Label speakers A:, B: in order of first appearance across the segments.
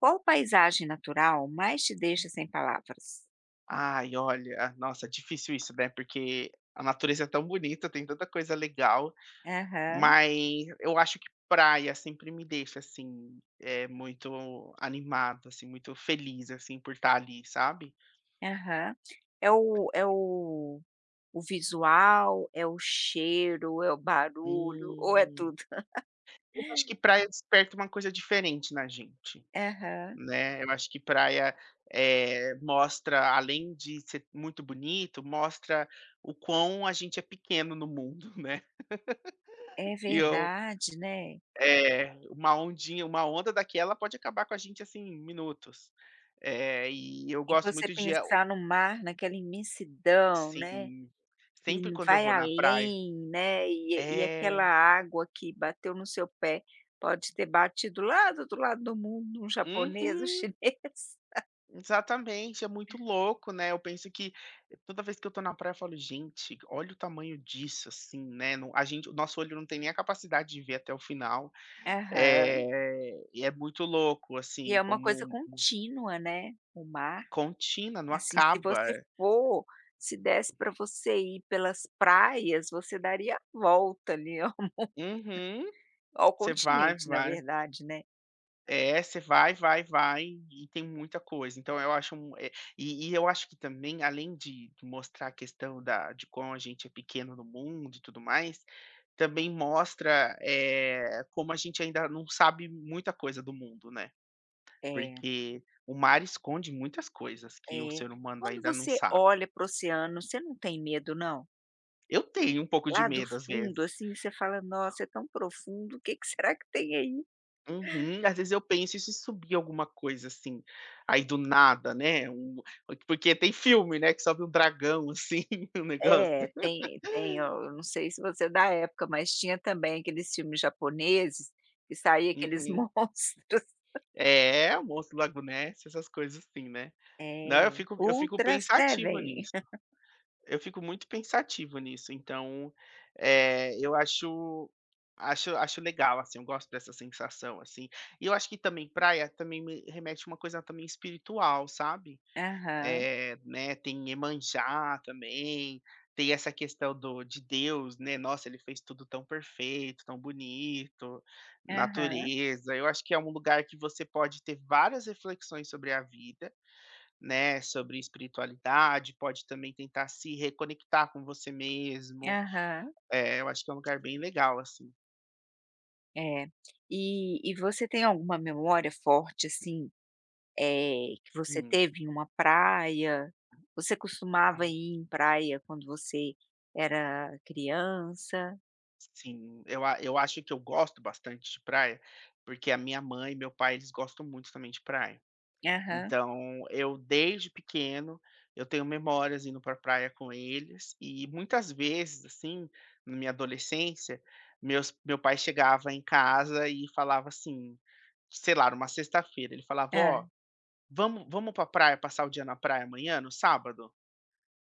A: Qual paisagem natural mais te deixa sem palavras?
B: Ai, olha, nossa, difícil isso, né, porque a natureza é tão bonita, tem tanta coisa legal,
A: Aham,
B: mas eu acho que praia sempre me deixa, assim, é muito animado, assim, muito feliz, assim, por estar ali, sabe.
A: aham. É o o visual, é o cheiro, é o
B: E
A: barulho ou é tudo?
B: eu acho que praia desperta uma coisa diferente na gente,
A: Aham.
B: né. Eu acho que praia, mostra, além de ser muito bonito, mostra o quão a gente é pequeno no mundo, né.
A: É
B: que eu
A: verdade, né.
B: É, uma onda daquela pode acabar com a gente, assim, em minutos. E eu
A: E
B: gosto
A: você
B: muito de a
A: pensar no mar, naquela imensidão, né,
B: sim, sempre quando eu
A: vai
B: vou na praia
A: além, né, e
B: é.
A: aquela água que bateu no seu pé, pode ter batido lá do outro lado do mundo, um japonês, um
B: Uhum,
A: chinês.
B: exatamente, é muito louco, né, eu penso que toda vez que eu estou na praia eu falo: "Gente, olha o tamanho disso", assim, né, não a gente o nosso olho não tem nem a capacidade de ver até o final.
A: Aham.
B: E é muito louco,
A: E
B: assim,
A: é uma coisa
B: como
A: contínua, né, o mar.
B: contina, não
A: Assim,
B: acaba.
A: se desse para você ir pelas praias, você daria a volta ali ao mu
B: Uhum,
A: ao
B: você vai,
A: continente, na
B: vai.
A: verdade, né.
B: É, você vai, vai, vai e tem muita coisa. Então eu acho um eh, e eu acho que também, além de mostrar a questão da de como a gente é pequeno no mundo e tudo mais, também mostra, como a gente ainda não sabe muita coisa do mundo, né.
A: É,
B: Porque o mar esconde muitas coisas que o
A: é.
B: ser humano
A: Quando
B: ainda não
A: você
B: sabe.
A: olha para o oceano, você não tem medo não?
B: Eu tenho um pouco de
A: Lá do
B: medo às
A: fundo,
B: vezes.
A: assim, você fala: "Nossa, é tão profundo, o que que será que tem aí?"
B: Uhum. Às vezes eu penso: "E se subir alguma coisa, assim, aí do nada, né, um" porque tem filme, né, que sobe um dragão, assim, o negócio.
A: É, tem o eu não sei se você é da época, mas tinha também aqueles filmes japoneses que saía aqueles
B: Uhum.
A: monstros.
B: É, o Monstro do Lago Ness, essas coisas assim, né.
A: É,
B: Não, eu fico
A: Ultra
B: pensativo
A: Seven.
B: nisso. Eu fico muito pensativo nisso, então, eu acho legal, assim, eu gosto dessa sensação, assim. E eu acho que também praia também me remete a uma coisa também espiritual, sabe?
A: Aham,
B: Né, tem Iemanjá também, tem essa questão do de Deus, né, nossa, ele fez tudo tão perfeito, tão bonito,
A: aham,
B: natureza. Eu acho que é um lugar que você pode ter várias reflexões sobre a vida, né, sobre espiritualidade, pode também tentar se reconectar com você mesmo.
A: aham.
B: Eu acho que é um lugar bem legal, assim.
A: É. E e você tem alguma memória forte, assim, é que você
B: Hum,
A: teve em uma praia? Você costumava
B: am
A: ir em praia quando você era criança?
B: Sim, eu acho que eu gosto bastante de praia, porque a minha mãe e meu pai, eles gostam muito também de praia.
A: Aham.
B: Então, eu desde pequeno, eu tenho memórias indo para praia com eles e muitas vezes, assim, na minha adolescência, meu pai chegava em casa e falava assim, sei lá, numa sexta-feira, ele falava: "Ó,
A: Hã.
B: vamos para praia, passar o dia na praia amanhã, no sábado?"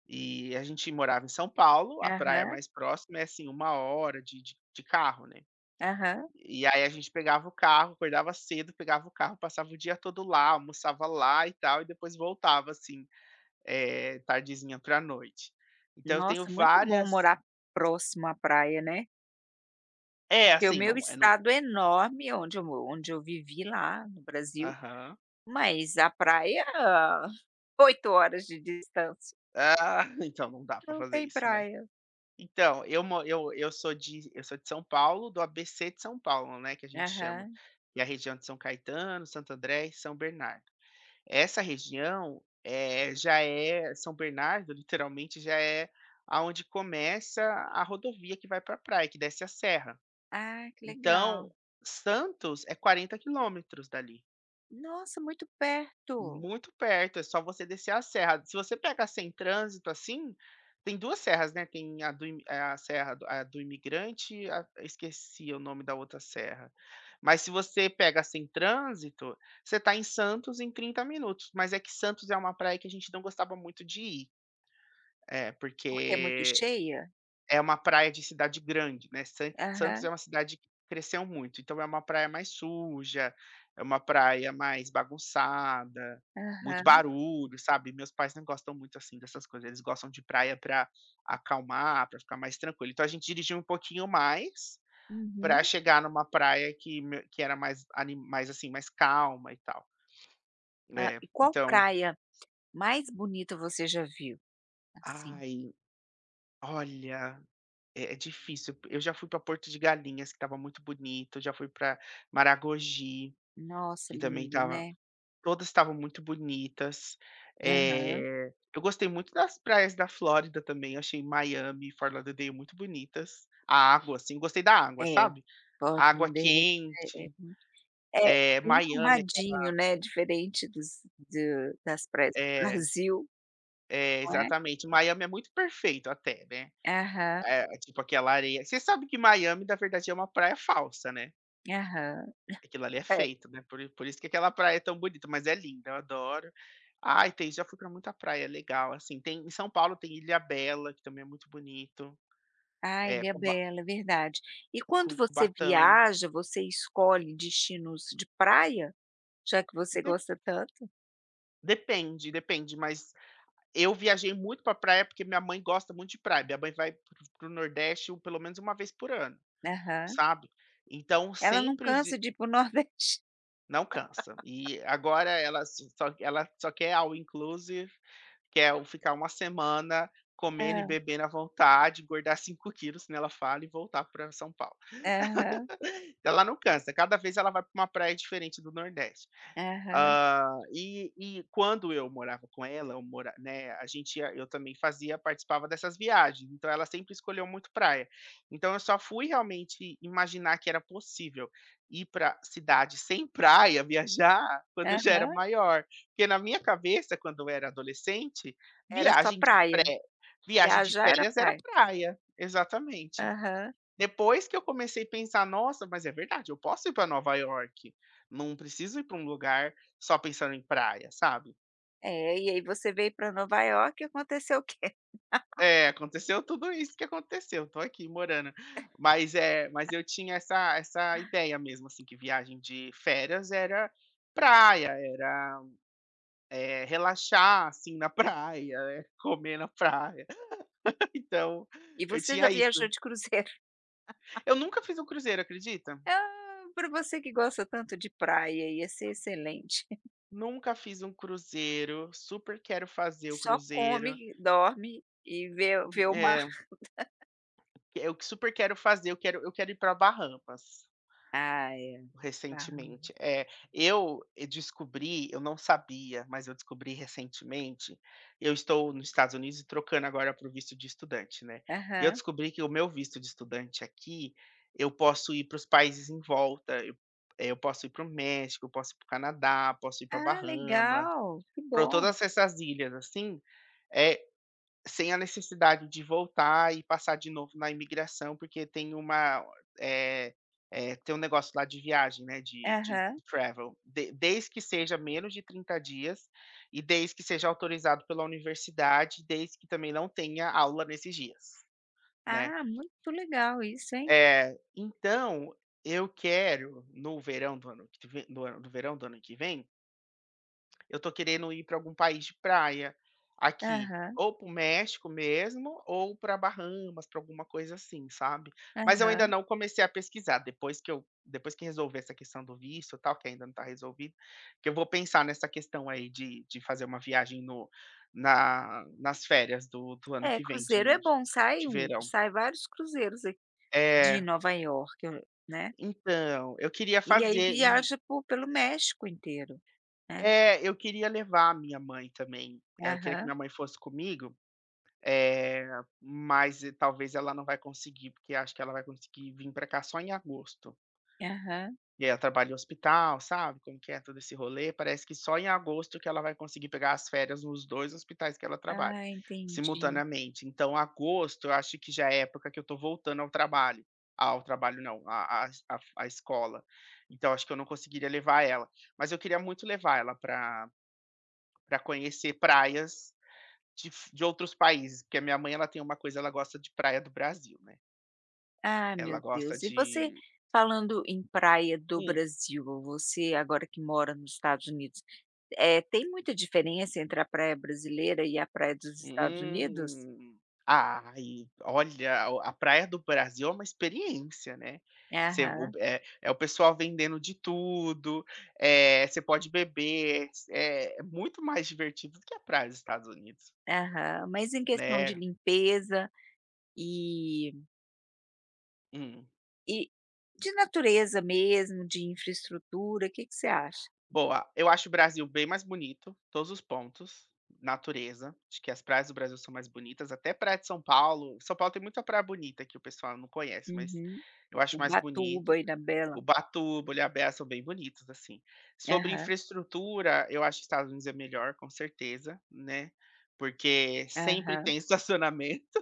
B: E a gente morava em São Paulo, a praia
A: Aham,
B: mais próxima é, assim, uma hora de carro, né.
A: aham.
B: E aí a gente pegava o carro, acordava cedo, pegava o carro, passava o dia todo lá, almoçava lá e tal, e depois voltava assim, tardezinha pra noite. Então eu tenho
A: Nossa, muito bom
B: várias.
A: morar próximo à praia, né.
B: É,
A: Porque o
B: assim,
A: meu
B: não é, não.
A: estado é enorme, onde eu vivi lá no Brasil.
B: Aham.
A: Mas a praia, 8 horas de distância.
B: Ah, então não dá pra
A: Não
B: fazer
A: tem
B: isso, né.
A: praia.
B: Então, eu mo eu sou de São Paulo, do ABC de São Paulo, né, que a gente chama,
A: Aham.
B: que é a região de São Caetano, Santo André e São Bernardo. Essa região, já é São Bernardo, literalmente, já é aonde começa a rodovia que vai pra praia, que desce a serra.
A: Ah, que
B: Então,
A: legal.
B: Santos é 40 quilômetros dali.
A: Nossa, muito perto.
B: Muito perto, é só você descer a serra. Se você pegar sem trânsito, assim, tem 2 serras, né, tem a serra do imigrante, e a esqueci o nome da outra serra. Mas se você pega sem trânsito, você tá em Santos em 30 minutos, mas é que Santos é uma praia que a gente não gostava muito de ir. É,
A: Porque é muito
B: porque
A: cheia?
B: é uma praia de cidade grande, né, Santos é
A: Aham,
B: uma cidade que cresceu muito, então é uma praia mais suja, é uma praia mais bagunçada, muito
A: aham.
B: barulho, sabe. Meus pais não gostam muito, assim, dessas coisas, eles gostam de praia para acalmar, para ficar mais tranquilo. Então a gente dirigiu um pouquinho mais, para
A: Uhum.
B: chegar numa praia que era mais, assim, mais calma e tal,
A: Hã,
B: né?
A: e qual
B: Então,
A: praia mais bonita você já viu, assim?
B: ai, olha, é difícil. Eu já fui para Porto de Galinhas, que estava muito bonito, já fui para Maragogi,
A: Nossa,
B: que também
A: lindo,
B: estava
A: né?
B: todas estavam muito bonitas.
A: Aham.
B: Eu gostei muito das praias da Flórida também, achei Miami e Fort Lauderdale muito bonitas. A água, assim, gostei da água,
A: É,
B: sabe. A
A: Porto de
B: água
A: É
B: quente,
A: muito é bem
B: Miami
A: arrumadinho, né, diferente dos do das praias do
B: é,
A: Brasil,
B: é,
A: não é?
B: exatamente. Miami é muito perfeito até, né.
A: Aham,
B: Tipo aquela areia, você sabe que Miami, na verdade, é uma praia falsa, né.
A: aham.
B: Aquilo ali é
A: É.
B: feito, né, por isso que aquela praia é tão bonita, mas é linda, eu adoro. Ai, tem já fui pra muita praia, é legal, assim, tem em São Paulo tem Ilha Bela que também é muito bonito,
A: Ah,
B: eh,
A: Ilha
B: Cuba
A: Bela, é verdade. E
B: Cu
A: quando você
B: Cubatão,
A: viaja, você escolhe destinos de praia? Já que você
B: de
A: gosta tanto?
B: depende, depende, mas eu viajei muito pra praia, porque minha mãe gosta muito de praia, minha mãe vai pro o Nordeste pelo menos uma vez por ano,
A: Aham.
B: sabe. Então
A: Ela não
B: sempre os
A: cansa
B: di
A: de ir para o Nordeste.
B: não cansa. E agora ela só quer all inclusive. Que é o ficar uma semana comendo e
A: Ah,
B: bebendo à vontade, engordar 5 quilos, que ela fala, e voltar para São Paulo.
A: aham,
B: Ela não cansa, cada vez ela vai para uma praia diferente do Nordeste.
A: aham,
B: Ah, e quando eu morava com ela, eu mora né, a gente ia eu também fazia participava dessas viagens, então ela sempre escolheu muito praia. Então eu só fui realmente imaginar que era possível ir para cidade sem praia, viajar, quando eu já era
A: aham.
B: maior. Porque na minha cabeça, quando eu era adolescente,
A: Era só
B: viagem de pré
A: praia.
B: viagem de
A: Viajar era
B: férias era
A: praia.
B: praia. Exatamente.
A: Aham.
B: Depois que eu comecei a pensar: "Nossa, mas é verdade, eu posso ir para Nova York, não preciso ir para um lugar só pensando em praia", sabe.
A: É, e aí você veio para Nova York e aconteceu o quê?
B: É, aconteceu tudo isso que aconteceu, tô aqui morando. Mas, é, mas eu tinha essa ideia mesmo, assim, que viagem de férias era praia, era, relaxar, assim, na praia, comer na praia. Então,
A: E
B: eu
A: você já
B: tinha isso.
A: viajou de cruzeiro.
B: Eu nunca fiz um cruzeiro, acredita?
A: Ah, para você que gosta tanto de praia, ia ser excelente.
B: Nunca fiz um cruzeiro, super quero fazer o
A: Só
B: cruzeiro.
A: come, dorme e vê o mar.
B: É, eu que super quero fazer, eu quero ir para Bahamas
A: Ah, é. Barra.
B: recentemente. É, eu descobri, eu não sabia, mas eu descobri recentemente, eu estou nos Estados Unidos e trocando agora para o visto de estudante, né. E eu
A: Aham.
B: descobri que o meu visto de estudante aqui, eu posso ir para os países em volta, eu posso ir para o México, eu posso ir para o Canadá, posso ir para
A: Ah,
B: Bahamas,
A: legal, que
B: para
A: bom.
B: todas essas ilhas, assim, eh, Sem a necessidade de voltar e passar de novo na imigração, porque tem uma, eh eh, tem um negócio lá de viagem, né, de
A: Aham.
B: travel, de desde que seja menos de 30 dias e desde que seja autorizado pela universidade, desde que também não tenha aula nesses dias, né.
A: Ah, muito legal isso, hein.
B: É, então eu quero no verão do ano que vem no ano no verão do ano que vem, eu tô querendo ir para algum país de praia aqui,
A: Aham,
B: ou para o México mesmo, ou para Bahamas, para alguma coisa assim, sabe. Mas eu ainda
A: aham.
B: não comecei a pesquisar, depois que resolver essa questão do visto, e tal, que ainda não está resolvido, que eu vou pensar nessa questão aí de fazer uma viagem no na nas férias do ano
A: É,
B: que vem
A: cruzeiro é
B: de
A: bom,
B: de verão.
A: sai vários cruzeiros aqui de
B: É,
A: Nova Iorque, né,
B: então, eu queria
A: e aí
B: fazer e
A: viaja por pelo México inteiro, né.
B: é, eu queria levar a minha mãe também, eu queria que
A: Aham,
B: minha mãe fosse comigo. Eh, mas e talvez ela não vai conseguir, porque acho que ela vai conseguir vir para cá só em agosto.
A: aham.
B: E aí ela trabalha em hospital, sabe como que é todo esse rolê? Parece que só em agosto que ela vai conseguir pegar as férias nos 2 hospitais que ela trabalha,
A: Ah, entendi.
B: simultaneamente. Então agosto eu acho que já é a época que eu tô voltando ao trabalho, ao trabalho não, à à es à à escola. Então acho que eu não conseguiria levar ela. Mas eu queria muito levar ela para conhecer praias de outros países, porque a minha mãe, ela tem uma coisa, ela gosta de praia do Brasil, né.
A: Ah,
B: Ela
A: meu
B: gosta
A: Deus. E você
B: de.
A: falando em praia do
B: Hum,
A: Brasil, ou você agora que mora nos Estados Unidos, tem muita diferença entre a praia brasileira e a praia dos Estados Unidos?
B: hum. Ai, olha, o a praia do Brasil é uma experiência, né. Você o
A: Aham,
B: é é o pessoal vendendo de tudo, você pode beber, é muito mais divertido do que a praia dos Estados Unidos,
A: aham. Mas em questão de
B: né.
A: limpeza e
B: Hum.
A: e de natureza mesmo, de infraestrutura, o que que você acha?
B: Boa. Eu acho o Brasil bem mais bonito, todos os pontos, natureza, acho que as praias do Brasil são mais bonitas, até praia de São Paulo, São Paulo tem muita praia bonita que o pessoal não conhece, mas
A: Uhum.
B: eu acho mais
A: Ubatuba,
B: bonito.
A: Ilhabela.
B: Ubatuba, Ilhabela são bem bonitos, assim. Sobre
A: Aham,
B: infraestrutura, eu acho que Estados Unidos é melhor, com certeza, né, porque sempre
A: aham.
B: tem estacionamento,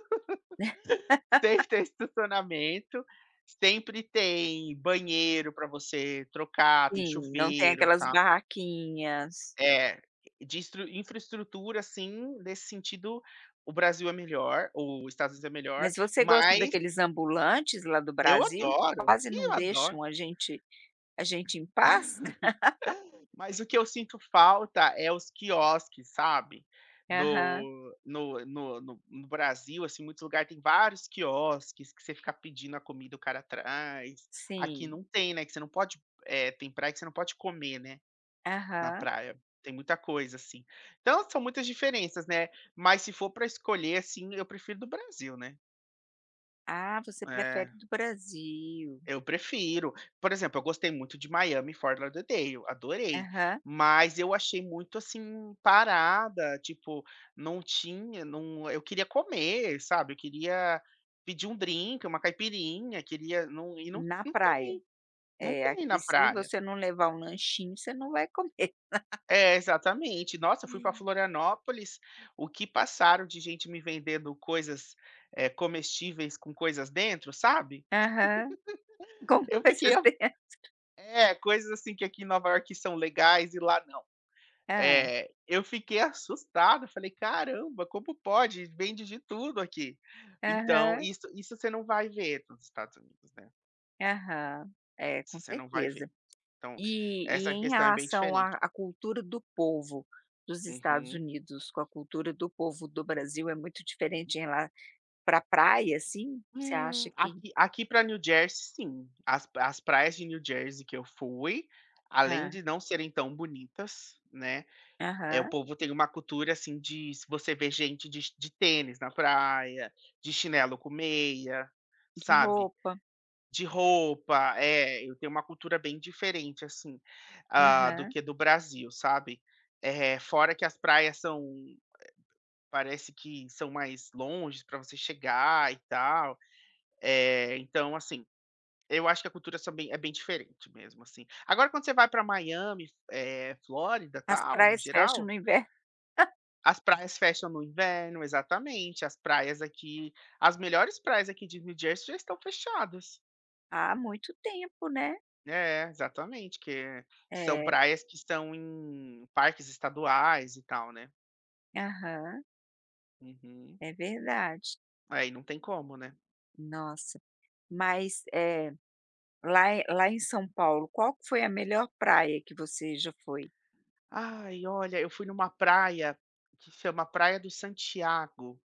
B: sempre tem estacionamento, sempre tem banheiro para você trocar, tem
A: Sim, não tem
B: chuveiro,
A: aquelas
B: tal.
A: barraquinhas.
B: É, de instru infraestrutura, assim, nesse sentido, o Brasil é melhor, o Estados Unidos é melhor,
A: Mas você gosta
B: mas
A: daqueles ambulantes lá do
B: eu
A: Brasil que
B: adoro,
A: quase
B: ih,
A: não
B: eu adoro.
A: deixam a gente em paz?
B: Mas o que eu sinto falta é os quiosques, sabe.
A: Aham,
B: No Brasil, assim, muitos lugares tem vários quiosques que você fica pedindo a comida, o cara traz. Aqui
A: sim.
B: não tem, né, que você não pode, tem praia que você não pode comer, né. Na
A: Aham.
B: praia. Tem muita coisa, assim. Então, são muitas diferenças, né. Mas se for para escolher, assim, eu prefiro do Brasil, né.
A: Ah, você prefere
B: É,
A: do Brasil.
B: eu prefiro. Por exemplo, eu gostei muito de Miami e Fort Lauderdale, adorei.
A: Aham.
B: Mas eu achei muito, assim, parada, tipo, não tinha não eu queria comer, sabe, eu queria pedir um drink, uma caipirinha, queria não e não
A: Na
B: não
A: praia.
B: tem, não
A: É,
B: tem na
A: aqui se
B: praia.
A: você não levar um lanchinho, você não vai comer.
B: É, exatamente. Nossa, eu fui para Florianópolis, o que passaram de gente me vendendo coisas, comestíveis com coisas dentro, sabe.
A: Aham. Com
B: Eu fiquei
A: coisas
B: a
A: de
B: é, coisas assim que aqui em Nova York são legais e lá não.
A: hã.
B: É, eu fiquei assustado, eu falei: "Caramba, como pode? Vende de tudo aqui". Então
A: Aham,
B: isso você não vai ver nos Estados Unidos, né,
A: aham. É,
B: isso
A: com
B: você não vai ver.
A: certeza.
B: Então,
A: E
B: essa
A: em
B: questão é bem
A: relação
B: diferente.
A: à cultura do povo dos Estados
B: Uhum.
A: Unidos com a cultura do povo do Brasil é muito diferente em rela pra praia, assim, você acha que
B: Aqui para New Jersey, sim. As praias de New Jersey que eu fui, além
A: ah,
B: de não serem tão bonitas, né, é o
A: aham,
B: povo tem uma cultura, assim, de se você vê gente de tênis na praia, de chinelo com meia,
A: de
B: sabe,
A: roupa,
B: de roupa. É, eu tenho uma cultura bem diferente, assim, do
A: aham.
B: que do Brasil, sabe. É fora que as praias são parece que são mais longes para você chegar e tal. Então, assim, eu acho que a cultura são bem diferente mesmo, assim. Agora quando você vai para Miami, Flórida,
A: As
B: tal, no
A: praias fecham
B: geral,
A: no inverno
B: as praias fecham no inverno exatamente, as praias aqui as melhores praias aqui de New Jersey já estão fechadas.
A: há muito tempo, né.
B: É, exatamente, que são
A: É,
B: praias que estão em parques estaduais e tal, né.
A: aham,
B: Uhum.
A: é verdade.
B: Aí não tem como, né.
A: Nossa, mas, lá em São Paulo, qual que foi a melhor praia que você já foi?
B: Ai, olha, eu fui numa praia que chama Praia do Santiago.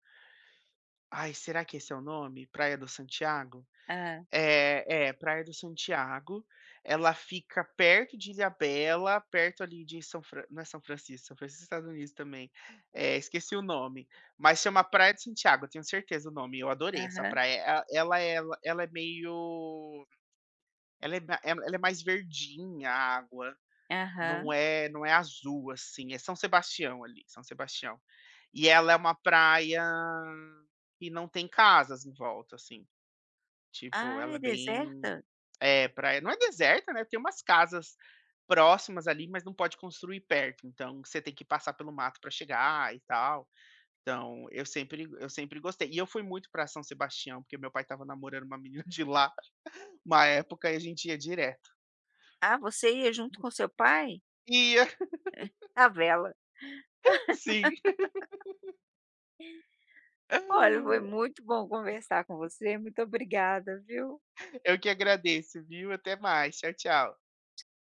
B: Ai, será que esse é o nome? Praia do Santiago?
A: Hã,
B: É, é, Praia do Santiago, ela fica perto de Ilhabela, perto ali de São Fran não é São Francisco, São Francisco é Estados Unidos também, esqueci o nome, mas chama Praia de Santiago, eu tenho certeza o nome, eu adorei essa
A: aham,
B: praia, e ela é- ela é meio ela é mais verdinha a água,
A: aham.
B: não é azul, assim, é São Sebastião ali, São Sebastião. E ela é uma praia que não tem casas em volta, assim, tipo,
A: Ah,
B: ela é
A: é
B: bem
A: deserta?
B: é, praia não é deserta, né, tem umas casas próximas ali, mas não pode construir perto, então você tem que passar pelo mato para chegar e tal. Então, eu sempre gostei. E eu fui muito para São Sebastião, porque meu pai estava namorando uma menina de lá, uma época, e a gente ia direto.
A: Ah, você ia junto com seu pai?
B: Ia,
A: À vela.
B: sim.
A: Olha, foi muito bom conversar com você, muito obrigada, viu.
B: Eu que agradeço, viu. Até mais. Tchau, tchau.